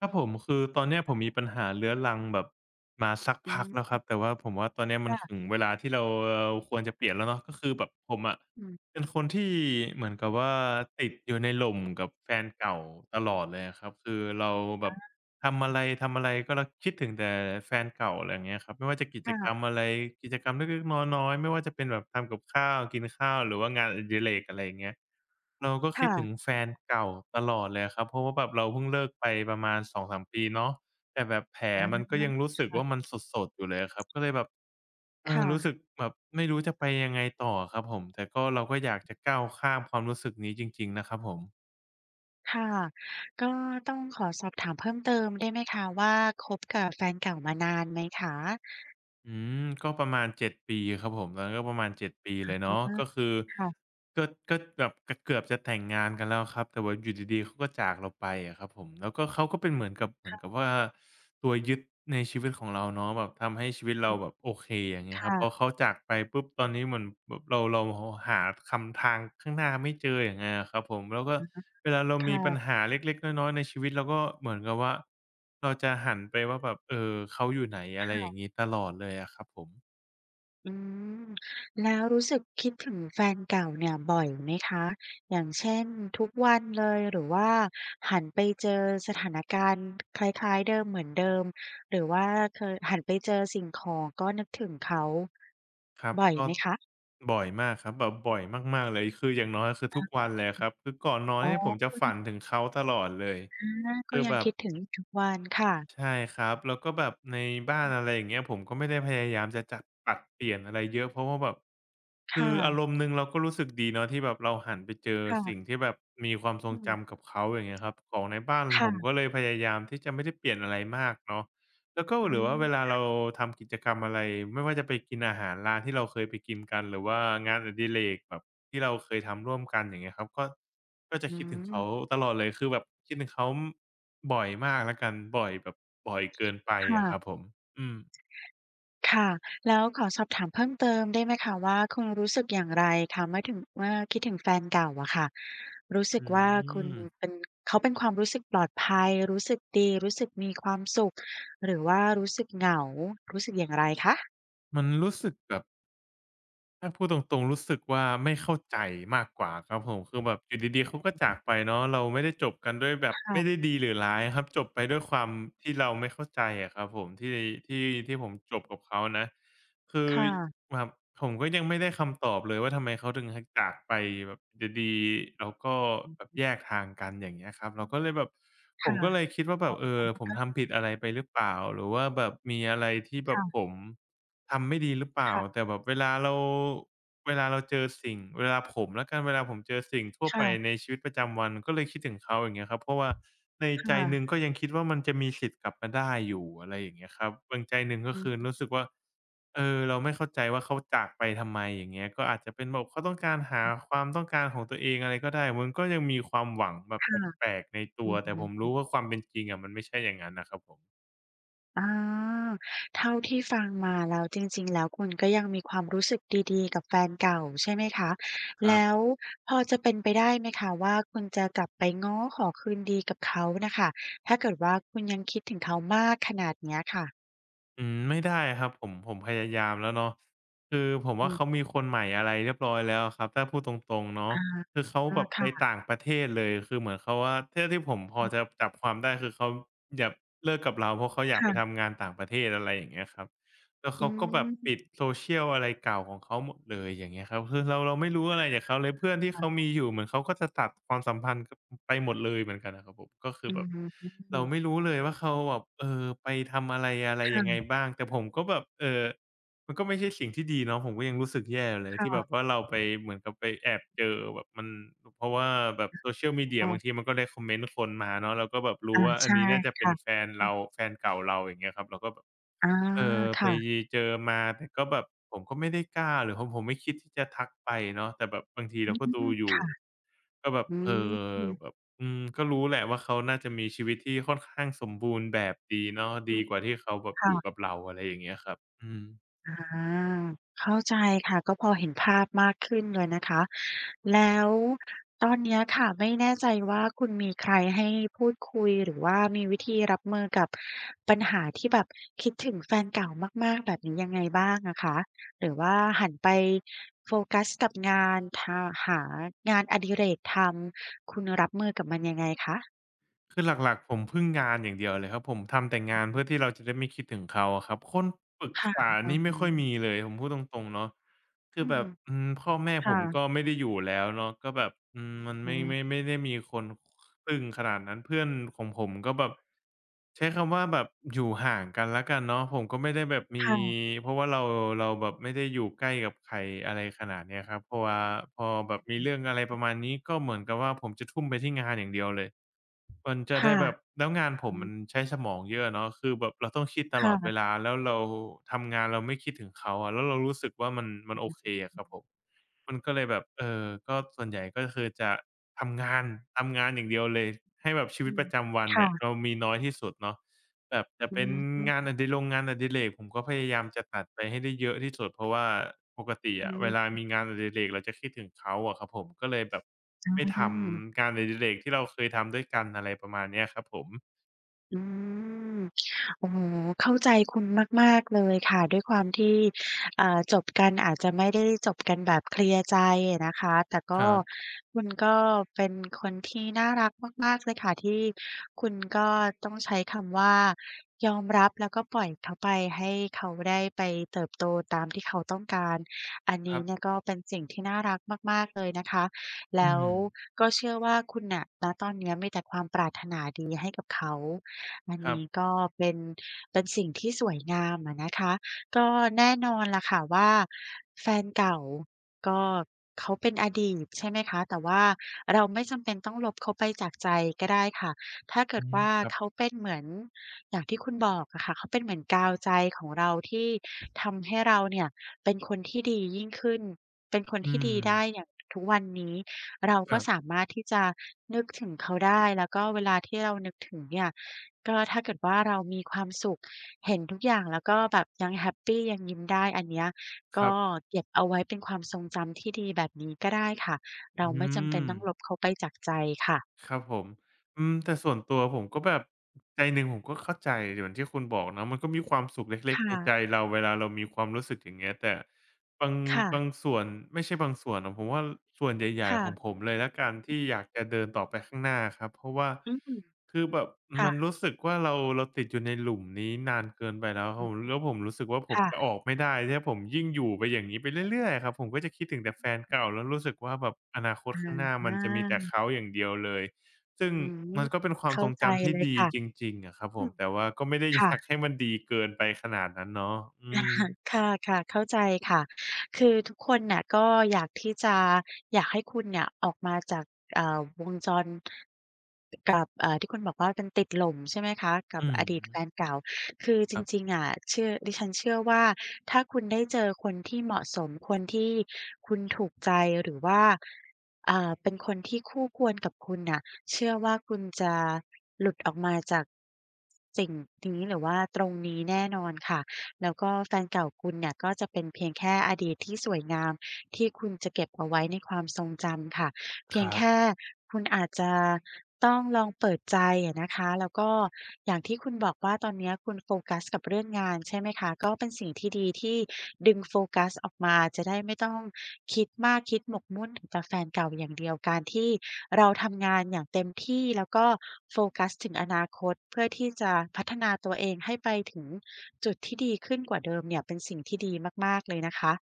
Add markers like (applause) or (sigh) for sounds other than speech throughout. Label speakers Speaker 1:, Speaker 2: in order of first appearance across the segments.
Speaker 1: ครับผมคือตอนเนี้ยผมมีปัญหาเรื้อรังแบบมาสัก
Speaker 2: อื
Speaker 1: พักแล้วค
Speaker 2: ม
Speaker 1: รับแต่ว่าผมว่าตอนเนี้ยมันถึง
Speaker 2: ค่ะ
Speaker 1: เวลาที่เราควรจะเปลี่ยนแล้วเนาะก็คือแบบผมอะ
Speaker 2: อืม
Speaker 1: เป็นคนที่เหมือนกับว่าติดอยู่ในหล่มกับแฟนเก่าตลอดเลยอะครับคือเราแบบ ทำอะไรทำอะไรก็เราคิดถึงแต่แฟนเก่าอะไรอย่างเงี้ยครับไม่ว่าจะกิจกรรม
Speaker 2: ค่ะ
Speaker 1: อะไรกิจกรรมเล็กๆน้อยๆไม่ว่าจะเป็นแบบทำกับข้าวกินข้าวหรือว่างานอดิเรกอะไรอย่างเงี้ยเราก็คิดถึง
Speaker 2: ค่ะ
Speaker 1: แฟนเก่าตลอดเลยอะครับเพราะว่าแบบเราเพิ่งเลิกไปประมาณสองสามปีเนาะแต่แบบแผลมัน
Speaker 2: อา
Speaker 1: ก็ยังรู้สึกว่ามันสดๆอยู่เลยอะครับก็เลยแบบเออ
Speaker 2: ค่ะ
Speaker 1: รู้สึกแบบไม่รู้จะไปยังไงต่ออะครับผมแต่ก็เราก็อยากจะก้าวข้ามความรู้สึกนี้จริงๆนะครับผม
Speaker 2: ค่ะ ก็ต้องขอสอบถามเพิ่มเติมได้ไหมคะว่าคบกับแฟนเก่ามานานไหมคะ
Speaker 1: อืมก็ประมาณ7 ปีครับผมตอนนั้นก็ประมาณ7ปีเลยเนาะ
Speaker 2: อา
Speaker 1: ก็คือ
Speaker 2: ค่ะ
Speaker 1: ก็ก็แบบเกือบเกือบจะแต่งงานกันแล้วครับแต่ว่าอยู่ดีๆเขาก็จากเราไปอะครับผมแล้วก็เขาก็เป็นเหมือนกับว่าตัวยึดในชีวิตของเราเนาะแบบทำให้ชีวิตเราแบบโอเคอย่างเงี้ยครับพอ
Speaker 2: ค่ะ
Speaker 1: เขาจากไปปุ๊บตอนนี้เหมือนแบบเราหาคำทางข้างหน้าไม่เจออย่างเงี้ยอะครับผมแล้วก็เวลาเรามีปัญ
Speaker 2: ค่ะ
Speaker 1: หาเล็กๆน้อยๆในชีวิตเราก็เหมือนกับว่า เราจะหันไปว่าแบบเออเขาอยู่ไหนอะไรอย่าง
Speaker 2: ค่ะ
Speaker 1: งี้ตลอดเลยอะครับผม
Speaker 2: อืมแล้วรู้สึกคิดถึงแฟนเก่าเนี่ยบ่อยไหมคะอย่างเช่นทุกวันเลยหรือว่าหันไปเจอสถานการณ์คล้ายๆเดิมเหมือนเดิมหรือว่าเคยหันไปเจอสิ่งของก็นึกถึงเขา
Speaker 1: ครับ
Speaker 2: บ่อย
Speaker 1: ก็
Speaker 2: ไหมคะ
Speaker 1: บ่อยมากครับแบบบ่อยมากๆเลยคืออย่างน้อยคือทุกวันเลยอะครับคือก่อนนอน
Speaker 2: อ๋
Speaker 1: เนี่ยผมจะ
Speaker 2: อ
Speaker 1: ฝันถึงเขาตลอดเลย
Speaker 2: อา
Speaker 1: คื
Speaker 2: ก็
Speaker 1: อ
Speaker 2: ยั
Speaker 1: แบ
Speaker 2: ง
Speaker 1: บ
Speaker 2: คิดถึงอยู่ทุกวันค่ะ
Speaker 1: ใช่ครับแล้วก็แบบในบ้านอะไรอย่างเงี้ยผมก็ไม่ได้พยายามจะจัดปรับเปลี่ยนอะไรเยอะเพราะว่าแบบคือ
Speaker 2: ค่ะ
Speaker 1: อารมณ์หนึ่งเราก็รู้สึกดีเนาะที่แบบเราหันไปเจอสิ่ง
Speaker 2: ค่ะ
Speaker 1: ที่แบบมีความทรง
Speaker 2: อืม
Speaker 1: จำกับเขาอย่างเงี้ยครับของในบ้านผม
Speaker 2: ค่ะ
Speaker 1: ก็เลยพยายามที่จะไม่ได้เปลี่ยนอะไรมากเนาะ แล้วก็
Speaker 2: อื
Speaker 1: หรือว่าเวลา
Speaker 2: ม
Speaker 1: เราทำกิจกรรมอะไรไม่ว่าจะไปกินอาหารร้านที่เราเคยไปกินกันหรือว่างานอดิเรกแบบที่เราเคยทำร่วมกันอย่างเงี้ยครับก็จะ
Speaker 2: อื
Speaker 1: คิดถึงเขา
Speaker 2: ม
Speaker 1: ตลอดเลยคือแบบคิดถึงเขาบ่อยมากแล้วกันบ่อยแบบบ่อยเกินไปอะครับ
Speaker 2: ค่ะ
Speaker 1: ผมอืม
Speaker 2: ค่ะ แล้วขอสอบถามเพิ่มเติมได้ไหมคะว่าคุณรู้สึกอย่างไรคะเมื่อคิดถึงแฟนเก่าอะค่ะรู้สึก
Speaker 1: อื
Speaker 2: ว่าคุณ
Speaker 1: ม
Speaker 2: เป็นเขาเป็นความรู้สึกปลอดภัยรู้สึกดีรู้สึกมีความสุขหรือว่ารู้สึกเหงารู้สึกอย่างไรคะ
Speaker 1: มันรู้สึกแบบ ถ้าพูดตรงๆรู้สึกว่าไม่เข้าใจมากกว่าครับผมคือแบบอยู่ดีๆเขาก็จากไปเนาะเราไม่ได้จบกันด้วยแบบไม่ได้
Speaker 2: ค่ะ
Speaker 1: ดีหรือร้ายครับจบไปด้วยความที่เราไม่เข้าใจอะครับผมที่ผมจบกับเขานะคือ
Speaker 2: ค่ะ
Speaker 1: แบบผมก็ยังไม่ได้คำตอบเลยว่าทำไมเขาถึงหจากไปแบบอยู่ดีๆแล้วก็แบบแยกทางกันอย่างเงี้ยครับเราก็เลยแบบผมก็เลย
Speaker 2: ค่ะ
Speaker 1: คิดว่าแบบเออผมทำผิดอะไรไปหรือเปล่าหรือว่าแบบมีอะไรที่แบบผ
Speaker 2: ค่ะ
Speaker 1: ม ทำไม่ดีหรือเปล่า
Speaker 2: ค่ะ
Speaker 1: แต่แบบเวลาเราเจอสิ่งเวลาผมแล้วกันเวลาผมเจอสิ่งทั่วไปใน
Speaker 2: ค่ะ
Speaker 1: ชีวิตประจำวันก็เลยคิดถึงเขาอย่างเงี้ยครับเพราะว่าในใจหนึ่ง
Speaker 2: ค่ะ
Speaker 1: ก็ยังคิดว่ามันจะมีสิทธิ์กลับมาได้อยู่อะไรอย่างเงี้ยครับบางใจหนึ่ง
Speaker 2: อือ
Speaker 1: ก็คือ
Speaker 2: ฮึ
Speaker 1: รู้สึกว่าเออเราไม่เข้าใจว่าเขาจากไปทำไมอย่างเงี้ยก็อาจจะเป็นแบบเขาต้องการหาความต้องการของตัวเองอะไรก็ได้มันก็ยังมีความหวังแบบ
Speaker 2: ค่ะ
Speaker 1: แปลกๆในตัว
Speaker 2: อือฮ
Speaker 1: แต่ผม
Speaker 2: ึ
Speaker 1: รู้ว่าความเป็นจริงอะมันไม่ใช่อย่างนั้นน่ะครับผม
Speaker 2: อ่าเท่าที่ฟังมาแล้วจริงๆแล้วคุณก็ยังมีความรู้สึกดีๆกับแฟนเก่าใช่ไหมคะ
Speaker 1: ครับ
Speaker 2: แล้วพอจะเป็นไปได้ไหมคะว่าคุณจะกลับไปง้อขอคืนดีกับเขาน่ะค่ะถ้าเกิดว่าคุณยังคิดถึงเขามากขนาดเนี้ยค่ะ
Speaker 1: อืมไม่ได้ครับผมผมพยายามแล้วเนาะคือผม
Speaker 2: อื
Speaker 1: ว่าเขา
Speaker 2: ม
Speaker 1: มีคนใหม่อะไรเรียบร้อยแล้วอะครับถ้าพูดตรงๆเนาะ
Speaker 2: อา
Speaker 1: คือเขาแบบไป
Speaker 2: ค่ะ
Speaker 1: ต่างประเทศเลยคือเหมือนเขาว่าเท่าที่ผมพอ
Speaker 2: อืม
Speaker 1: จะจับความได้คือเขาอยากเลิกกับเราเพราะเขาอยากไป
Speaker 2: ค่ะ
Speaker 1: ทำงานต่างประเทศอะไรอย่างเงี้ยครับ แล้ว
Speaker 2: อื
Speaker 1: เขาก็แบบปิด
Speaker 2: ม
Speaker 1: social อะไรเก่าของเขาหมดเลยอย่างเงี้ยครับคือเราไม่รู้อะไรจากเขาเลยเพื่อนที่เขา
Speaker 2: ค่ะ
Speaker 1: มีอยู่เหมือนเขาก็จะตัดความสัมพันธ์กไปหมดเลยเหมือนกันอะครับผมก็คือ
Speaker 2: อื
Speaker 1: แบบ
Speaker 2: ม
Speaker 1: เราไม่รู้เลยว่าเขาแบบเออไปทำอะไรอะไรยังไง
Speaker 2: ค่ะ
Speaker 1: บ้างแต่ผมก็แบบมันก็ไม่ใช่สิ่งที่ดีเนาะผมก็ยังรู้สึกแย่อยู่เลยที่แบบ
Speaker 2: ค่ะ
Speaker 1: ว่าเราไปเหมือนกับไปแอบเจอแบบมันเพราะว่าแบบ social media
Speaker 2: อ๋อ
Speaker 1: บางทีมันก็ recommend คนมาเนาะเราก็แบบรู้
Speaker 2: อา
Speaker 1: ว่าอัน
Speaker 2: ใช่
Speaker 1: นี้น่าจะเป็น
Speaker 2: ค่ะ
Speaker 1: แฟน
Speaker 2: อื
Speaker 1: เรา
Speaker 2: ม
Speaker 1: แฟนเก่าเราอย่างเงี้ยครับเราก็แบบ
Speaker 2: อา
Speaker 1: เออไป
Speaker 2: ค่ะ
Speaker 1: เจอมาแต่ก็แบบผมก็ไม่ได้กล้าหรือผมไม่คิดที่จะทักไปเนาะแต่แบบบางที
Speaker 2: อื
Speaker 1: เราก็ดู
Speaker 2: ม
Speaker 1: อยู่
Speaker 2: ค่ะ
Speaker 1: ก็แบบ
Speaker 2: อื
Speaker 1: เอ
Speaker 2: ม
Speaker 1: อ
Speaker 2: อื
Speaker 1: แบบอืมก็รู้แหละว่าเขาน่าจะมีชีวิตที่ค่อนข้างสมบูรณ์แบบดีเนาะ
Speaker 2: อ
Speaker 1: ดีกว่าที่เขาแบบอ
Speaker 2: ค่ะ
Speaker 1: ยู่กับเราอะไรอย่างเงี้ยครับอืม
Speaker 2: อาเข้าใจค่ะก็พอเห็นภาพมากขึ้นเลยนะคะแล้วตอนเนี้ยค่ะไม่แน่ใจว่าคุณมีใครให้พูดคุยหรือว่ามีวิธีรับมือกับปัญหาที่แบบคิดถึงแฟนเก่ามากๆแบบนี้ยังไงบ้างอะคะหรือว่าหันไปโฟกัสกับงานหางานอดิเรกทำคุณรับมือกับมันยังไงคะ
Speaker 1: คือหลักๆผมพึ่งงานอย่างเดียวเลยครับผมทำแต่งานเพื่อที่เราจะได้ไม่คิดถึงเขาอะครับคนปรึก
Speaker 2: ค่ะ
Speaker 1: ษา
Speaker 2: อือ
Speaker 1: นี่ไม่
Speaker 2: ฮึ
Speaker 1: ค่อยมีเลยผมพูดตรงๆเนาะคือ
Speaker 2: อื
Speaker 1: แบ
Speaker 2: ม
Speaker 1: บอืมพ่อแม่ผ
Speaker 2: ค่ะ
Speaker 1: มก็ไม่ได้อยู่แล้วเนาะก็แบบอืมมัน
Speaker 2: อื
Speaker 1: ไม่
Speaker 2: ม
Speaker 1: ไม่ไม่ได้มีคนพึ่งขนาดนั้นเพื่อนของผมก็แบบใช้คำว่าแบบอยู่ห่างกันแล้วกันเนาะผมก็ไม่ได้แบบมี
Speaker 2: ค่ะ
Speaker 1: เพราะว่าเราแบบไม่ได้อยู่ใกล้กับใครอะไรขนาดเนี้ยครับพอแบบมีเรื่องอะไรประมาณนี้ก็เหมือนกับว่าผมจะทุ่มไปที่งานอย่างเดียวเลย มันจะได้
Speaker 2: ค่ะ
Speaker 1: แบบแล้วงานผ
Speaker 2: อื
Speaker 1: มมัน
Speaker 2: ม
Speaker 1: ใช้สมองเยอะเนาะคือแบบเราต้องคิดตลอดเว
Speaker 2: ค่ะ
Speaker 1: ลาแล้วเราทำงานเราไม่คิดถึงเขาอะแล้วเรารู้สึกว่ามันโอเคอะครับผม มันก็เลยแบบก็ส่วนใหญ่ก็คือจะทำงานทำงานอย่างเดียวเลยให้แบบชีวิต
Speaker 2: อื
Speaker 1: ป
Speaker 2: ม
Speaker 1: ระจำวันเนี่ยเรา
Speaker 2: ค่ะ
Speaker 1: มีน้อยที่สุดเนาะแบบจะ
Speaker 2: อือ
Speaker 1: เป็น
Speaker 2: ฮึ
Speaker 1: งานอดิเรกผมก็พยายามจะตัดไปให้ได้เยอะที่สุดเพราะว่าปกติ
Speaker 2: อื
Speaker 1: อะ
Speaker 2: อ
Speaker 1: เว
Speaker 2: ฮึ
Speaker 1: ลามีงานอดิเรกเราจะคิดถึงเขาอะครับผมก็เลยแบบ
Speaker 2: อือ
Speaker 1: ไม่ท
Speaker 2: อือ
Speaker 1: ำงานอดิเรกที่เราเคยทำด้วยกันอะไรประมาณเนี้ยครับผม
Speaker 2: อืมโอ้โฮเข้าใจคุณมากๆเลยค่ะด้วยความที่อ่าจบกันอาจจะไม่ได้จบกันแบบเคลียร์ใจอะนะคะแต่
Speaker 1: ค
Speaker 2: ก็
Speaker 1: รับ
Speaker 2: คุณก็เป็นคนที่น่ารักมากๆเลยค่ะที่คุณก็ต้องใช้คำว่ายอมรับแล้วก็ปล่อยเขาไปให้เขาได้ไปเติบโตตามที่เขาต้องการอัน
Speaker 1: ค
Speaker 2: นี้
Speaker 1: รับ
Speaker 2: เนี่ยก็เป็นสิ่งที่น่ารักมากๆเลยนะคะ
Speaker 1: อื
Speaker 2: แล้ว
Speaker 1: ม
Speaker 2: ก็เชื่อว่าคุณน่ะณตอนเนี้ยมีแต่ความปรารถนาดีให้กับเขา อัน
Speaker 1: ครั
Speaker 2: นี้
Speaker 1: บ
Speaker 2: ก็เป็นเป็นสิ่งที่สวยงามอะนะคะก็แน่นอนล่ะค่ะว่าแฟนเก่าก็เขาเป็นอดีตใช่ไหมคะแต่ว่าเราไม่จำเป็นต้องลบเขาไปจากใจก็ได้ค่ะถ้าเกิ
Speaker 1: อื
Speaker 2: ด
Speaker 1: ม
Speaker 2: ว่า
Speaker 1: ครับ
Speaker 2: เขาเป็นเหมือนอย่างที่คุณบอกอะค่ะเขาเป็นเหมือนกาวใจของเราที่ทำให้เราเนี่ยเป็นคนที่ดียิ่งขึ้นเป็นคน
Speaker 1: อื
Speaker 2: ที่
Speaker 1: ม
Speaker 2: ดีได้อย่างทุกวันนี้เรา
Speaker 1: ค
Speaker 2: ก็
Speaker 1: รับ
Speaker 2: สามารถที่จะ เรานึกถึงเนี่ยก็ถ้าเกิดว่าเรามีความสุขเห็นทุกอย่างแล้วก็แบบยังแฮปปียังยิ้มได้อันเนี้ย
Speaker 1: ครั
Speaker 2: ก็
Speaker 1: บ
Speaker 2: เก็บเอาไว้เป็นความทรงจำที่ดีแบบนี้ก็ได้ค่ะ เรา
Speaker 1: อื
Speaker 2: ไม่จำเป็น
Speaker 1: ม
Speaker 2: ต้องลบเขาไปจากใจค่ะ
Speaker 1: ครับผม อืมแต่ส่วนตัวผมก็แบบใจหนึ่งผมก็เข้าใจเหมือนที่คุณบอกเนาะมันก็มีความสุขเล็
Speaker 2: ค
Speaker 1: กๆในใจ
Speaker 2: ่ะ
Speaker 1: เราเวลาเรามีความรู้สึกอย่างเงี้ยแต่บาง
Speaker 2: ค่ะ
Speaker 1: บางส่วนไม่ใช่บางส่วนหรอกผมว่าส่วนใหญ่ๆของผ
Speaker 2: ค่ะ
Speaker 1: มเลยแล้วกันที่อยากจะเดินต่อไปข้างหน้าครับเพราะว่า
Speaker 2: อืม
Speaker 1: คือแบบมัน
Speaker 2: ค่ะ
Speaker 1: รู้สึกว่าเราติดอยู่ในหลุมนี้นานเกินไปแล้วผ
Speaker 2: อื
Speaker 1: ม
Speaker 2: ม
Speaker 1: แล้วผมรู้สึกว่าผมจะอ
Speaker 2: ค่ะ
Speaker 1: อกไม่ได้ถ้าผมยิ่งอยู่ไปอย่างนี้ไปเรื่อยๆอะครับผมก็จะคิดถึงแต่แฟนเก่าแล้วรู้สึกว่าแบบอนาคตข้าง
Speaker 2: อา
Speaker 1: หน้ามันจะมีแต่เขาอย่างเดียวเลย ซึ่ง
Speaker 2: อื
Speaker 1: มั
Speaker 2: ม
Speaker 1: นก็เป็นความท
Speaker 2: เข้า
Speaker 1: รง
Speaker 2: ใจ
Speaker 1: จำที่
Speaker 2: เลย
Speaker 1: ดี
Speaker 2: ค่ะ
Speaker 1: จริงๆอะครับผ
Speaker 2: อื
Speaker 1: ม
Speaker 2: ม
Speaker 1: แต่ว่าก็ไม่ได้ (laughs) อ
Speaker 2: ค่ะ
Speaker 1: ยากให้มันดีเกินไปขนาดนั้นเนาะอืม
Speaker 2: ค่ะค่ะๆเข้าใจค่ะคือทุกคนน่ะก็อยากที่จะอยากให้คุณเนี่ยออกมาจากอ่าวงจรกับอ่าที่คุณบอกว่าเป็นติดหล่มใช่ไหมคะกับ
Speaker 1: อื
Speaker 2: อดีต
Speaker 1: ม
Speaker 2: แฟนเก่าคือจ
Speaker 1: ครับ
Speaker 2: ริงๆอะเชื่อดิฉันเชื่อว่าถ้าคุณได้เจอคนที่เหมาะสมคนที่คุณถูกใจหรือว่าอ่าเป็นคน กับคุณน่ะเชื่อว่าคุณจะหลุดออกมาจากสิ่งนี้หรือว่าตรงนี้แน่นอนค่ะแล้วก็แฟนเก่าคุณเนี่ยก็จะเป็นเพียงแค่อดีตที่สวยงามที่คุณจะเก็บเอาไว้ในความทรงจำค่ะ
Speaker 1: ค
Speaker 2: เพียง
Speaker 1: รับ
Speaker 2: แค่คุณอาจจะต้องลองเปิดใจอะนะคะแล้วก็อย่างที่คุณบอกว่าตอนเนี้ยคุณโฟกัสกับเรื่องงานใช่ไหมคะก็เป็นสิ่งที่ดีที่ดึงโฟกัสออกมาจะได้ไม่ต้องคิดมากคิดหมกมุ่นถึงแต่แฟนเก่าอย่างเดียวการที่ เราทำงานอย่างเต็มที่แล้วก็โฟกัสถึงอนาคตเพื่อที่จะพัฒนาตัวเองให้ไปถึงจุดที่ดีขึ้นกว่าเดิมเนี่ยเป็นสิ่งที่ดีมากๆเลยนะคะ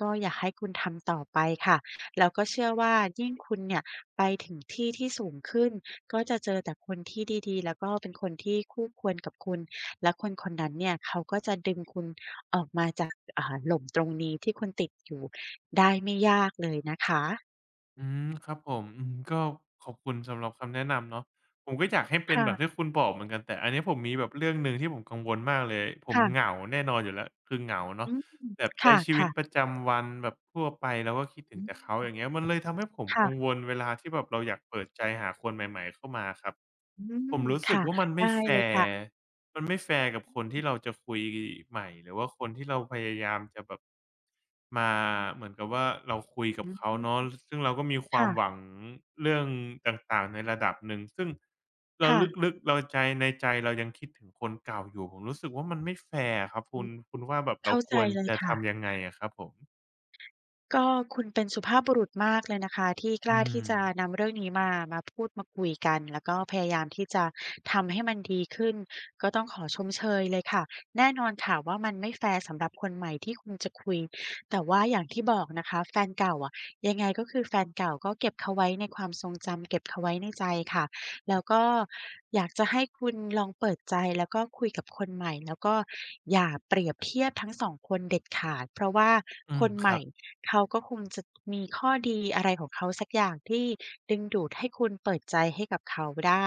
Speaker 2: ก็อยากให้คุณทำต่อไปค่ะแล้วก็เชื่อว่ายิ่งคุณเนี่ยไปถึงที่ที่สูงขึ้นก็จะเจอแต่คนที่ดีๆแล้วก็เป็นคนที่คู่ควรกับคุณและคนคนนั้นเนี่ยเขาก็จะดึงคุณออกมาจากอ่าหล่มตรงนี้ที่คุณติดอยู่ได้ไม่ยากเลยนะคะ
Speaker 1: อืมครับผมอืมก็ขอบคุณสำหรับคำแนะนำเนาะผมก็อยากให้เป็นแบบที่
Speaker 2: ค่ะ
Speaker 1: คุณบอกเหมือนกันแต่อันนี้ผมมีแบบเรื่องหนึ่งที่ผมกังวลมากเลยผมเห
Speaker 2: ค่ะ
Speaker 1: งาแน่นอนอยู่แล้วคือเหงาเนาะ
Speaker 2: อืม
Speaker 1: แบบ
Speaker 2: ค
Speaker 1: ใช้ชีวิต
Speaker 2: ่ะ
Speaker 1: ประ
Speaker 2: ๆ
Speaker 1: จำวันแบบทั่วไปเราก็คิดถึ
Speaker 2: อ
Speaker 1: งแต่เขาอ
Speaker 2: ืม
Speaker 1: ย่างเงี้ยมันเลยทำให้ผมกังว
Speaker 2: ค่ะ
Speaker 1: ลเวลาที่แบบเราอยากเปิดใจหาคนใหม่ๆเข้ามาครับ
Speaker 2: อืม
Speaker 1: ผมรู้สึก
Speaker 2: ค่ะ
Speaker 1: ว่า
Speaker 2: ได้เลย
Speaker 1: ร์
Speaker 2: ค่ะ
Speaker 1: มันไม่แฟร์กับคนที่เราจะคุยใหม่หรือว่าคนที่เราพยายามจะแบบ มาเหมือนกับว่าเราคุยกับ
Speaker 2: อื
Speaker 1: เขาเนาะ
Speaker 2: ม
Speaker 1: ซึ่งเราก็มีความ
Speaker 2: ค่ะ
Speaker 1: หวังเรื่องต่างๆในระดับหนึ่งซึ่งเรา
Speaker 2: ค่ะ
Speaker 1: ลึกๆเราใจในใจเรายังคิดถึงคนเก่าอยู่ผมรู้สึกว่ามันไม่แฟร์อะครับคุ
Speaker 2: อื
Speaker 1: ณ
Speaker 2: ม
Speaker 1: คุณว่าแบบเรา
Speaker 2: เข้า
Speaker 1: ค
Speaker 2: ใจ
Speaker 1: วร
Speaker 2: เลย
Speaker 1: จะ
Speaker 2: ค่ะ
Speaker 1: ทำยังไงอะครับผม
Speaker 2: ก็คุณเป็นสุภาพบุรุษมากเลยนะคะที่ก
Speaker 1: อื
Speaker 2: ล้า
Speaker 1: ม
Speaker 2: ที่จะนำเรื่องนี้มามาพูดมาคุยกันแล้วก็พยายามที่จะทำให้มันดีขึ้นก็ต้องขอชมเชยเลยค่ะแน่นอนค่ะว่ามันไม่แฟร์สำหรับคนใหม่ที่คุณจะคุยแต่ว่าอย่างที่บอกนะคะแฟนเก่าอะยังไงก็คือแฟนเก่าก็เก็บเขาไว้ในความทรงจำเก็บเขาไว้ในใจค่ะ แล้วก็อยากจะให้คุณลองเปิดใจแล้วก็คุยกับคนใหม่แล้วก็อย่าเปรียบเทียบทั้ง2คนเด็ดขาดเพราะว่า
Speaker 1: อื
Speaker 2: ค
Speaker 1: ม
Speaker 2: น
Speaker 1: ค
Speaker 2: ให
Speaker 1: รั
Speaker 2: ม่
Speaker 1: บ
Speaker 2: เขาก็คงจะมีข้อดีอะไรของเขาสักอย่างที่ดึงดูดให้คุณเปิดใจให้กับเขาได้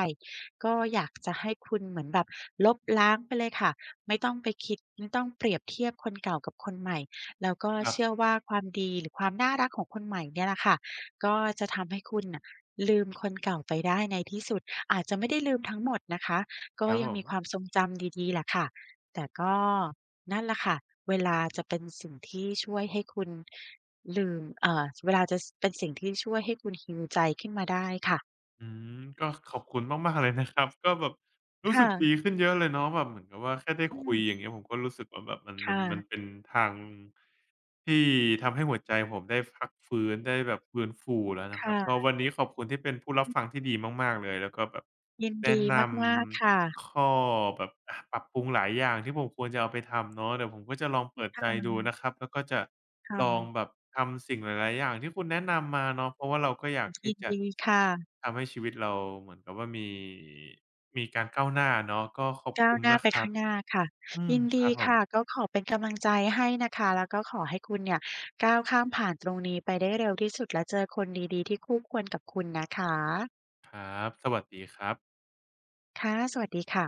Speaker 2: ก็อยากจะให้คุณเหมือนแบบลบล้างไปเลยค่ะไม่ต้องไปคิดไม่ต้องเปรียบเทียบคนเก่ากับคนใหม่แล้วก็
Speaker 1: ครับ
Speaker 2: เชื่อว่าความดีหรือความน่ารักของคนใหม่เนี่ยแหละค่ะก็จะทำให้คุณน่ะ อาจจะไม่ได้ลืมทั้งหมดนะคะ
Speaker 1: ค
Speaker 2: ก็
Speaker 1: รับ
Speaker 2: ยั
Speaker 1: ผ
Speaker 2: ง
Speaker 1: ม
Speaker 2: มีความทรงจำดีๆแหละค่ะแต่ก็นั่นแหละค่ะเวลาจะเป็นสิ่งที่ช่วยให้คุณลืมเอ่อเวลาจะเป็นสิ่งที่ช่วยให้คุณ heal ใจขึ้นมาได้ค่ะ
Speaker 1: อืมก็ขอบคุณมากๆเลยนะครับก็แบบรู้สึ
Speaker 2: ค่ะ
Speaker 1: กดีขึ้นเยอะเลยเนาะแบบเหมือนกับว่าแค่ได้
Speaker 2: อื
Speaker 1: คุยอย่าง
Speaker 2: ม
Speaker 1: เงี้ยผมก็รู้สึกว่าแบบมันมัน
Speaker 2: ค่ะ
Speaker 1: มันเป็นทางที่ทำให้หัวใจผมได้พักฟื้นได้แบบฟื้นฟูแล้วนะครับก็
Speaker 2: ค่ะ
Speaker 1: วันนี้ขอบคุณที่เป็นผู้รับ
Speaker 2: อืม
Speaker 1: ฟังที่ดีมากๆเลยแล้วก็แบบ
Speaker 2: ยิน
Speaker 1: แนะ
Speaker 2: ดี
Speaker 1: น
Speaker 2: มากๆค่ะ
Speaker 1: ำข้อแบบอะปรับปรุงหลายอย่างที่ผมควรจะเอาไปทำเนาะเดี๋ยวผมก็จะลองเปิดใจดู
Speaker 2: ค่ะ
Speaker 1: นะครับแล้วก็จะ
Speaker 2: ค
Speaker 1: ลองแบ
Speaker 2: ่ะ
Speaker 1: บทำสิ่งหลายๆอย่างที่คุณแนะนำมาเนาะเพราะว่าเราก็อยากที่
Speaker 2: ยิน
Speaker 1: จะ
Speaker 2: ดีค่ะ
Speaker 1: ทำให้ชีวิตเราเหมือนกับว่ามีการก้าวหน้าเนาะก็ขอบ
Speaker 2: ก้า
Speaker 1: คุ
Speaker 2: ว
Speaker 1: ณ
Speaker 2: หน้า
Speaker 1: นะ
Speaker 2: ไป
Speaker 1: ครับ
Speaker 2: ข้างหน้าค่ะ
Speaker 1: อืม
Speaker 2: ยิน
Speaker 1: ค
Speaker 2: ดี
Speaker 1: รับผ
Speaker 2: ค่ะ
Speaker 1: ม
Speaker 2: ก็ขอเป็นกำลังใจให้นะคะแล้วก็ขอให้คุณเนี่ยก้าวข้ามผ่านตรงนี้ไปได้เร็วที่สุดและเจอคนดีๆที่คู่ควรกับคุณนะคะ
Speaker 1: ครับสวัสดีครับ
Speaker 2: ค่ะสวัสดีค่ะ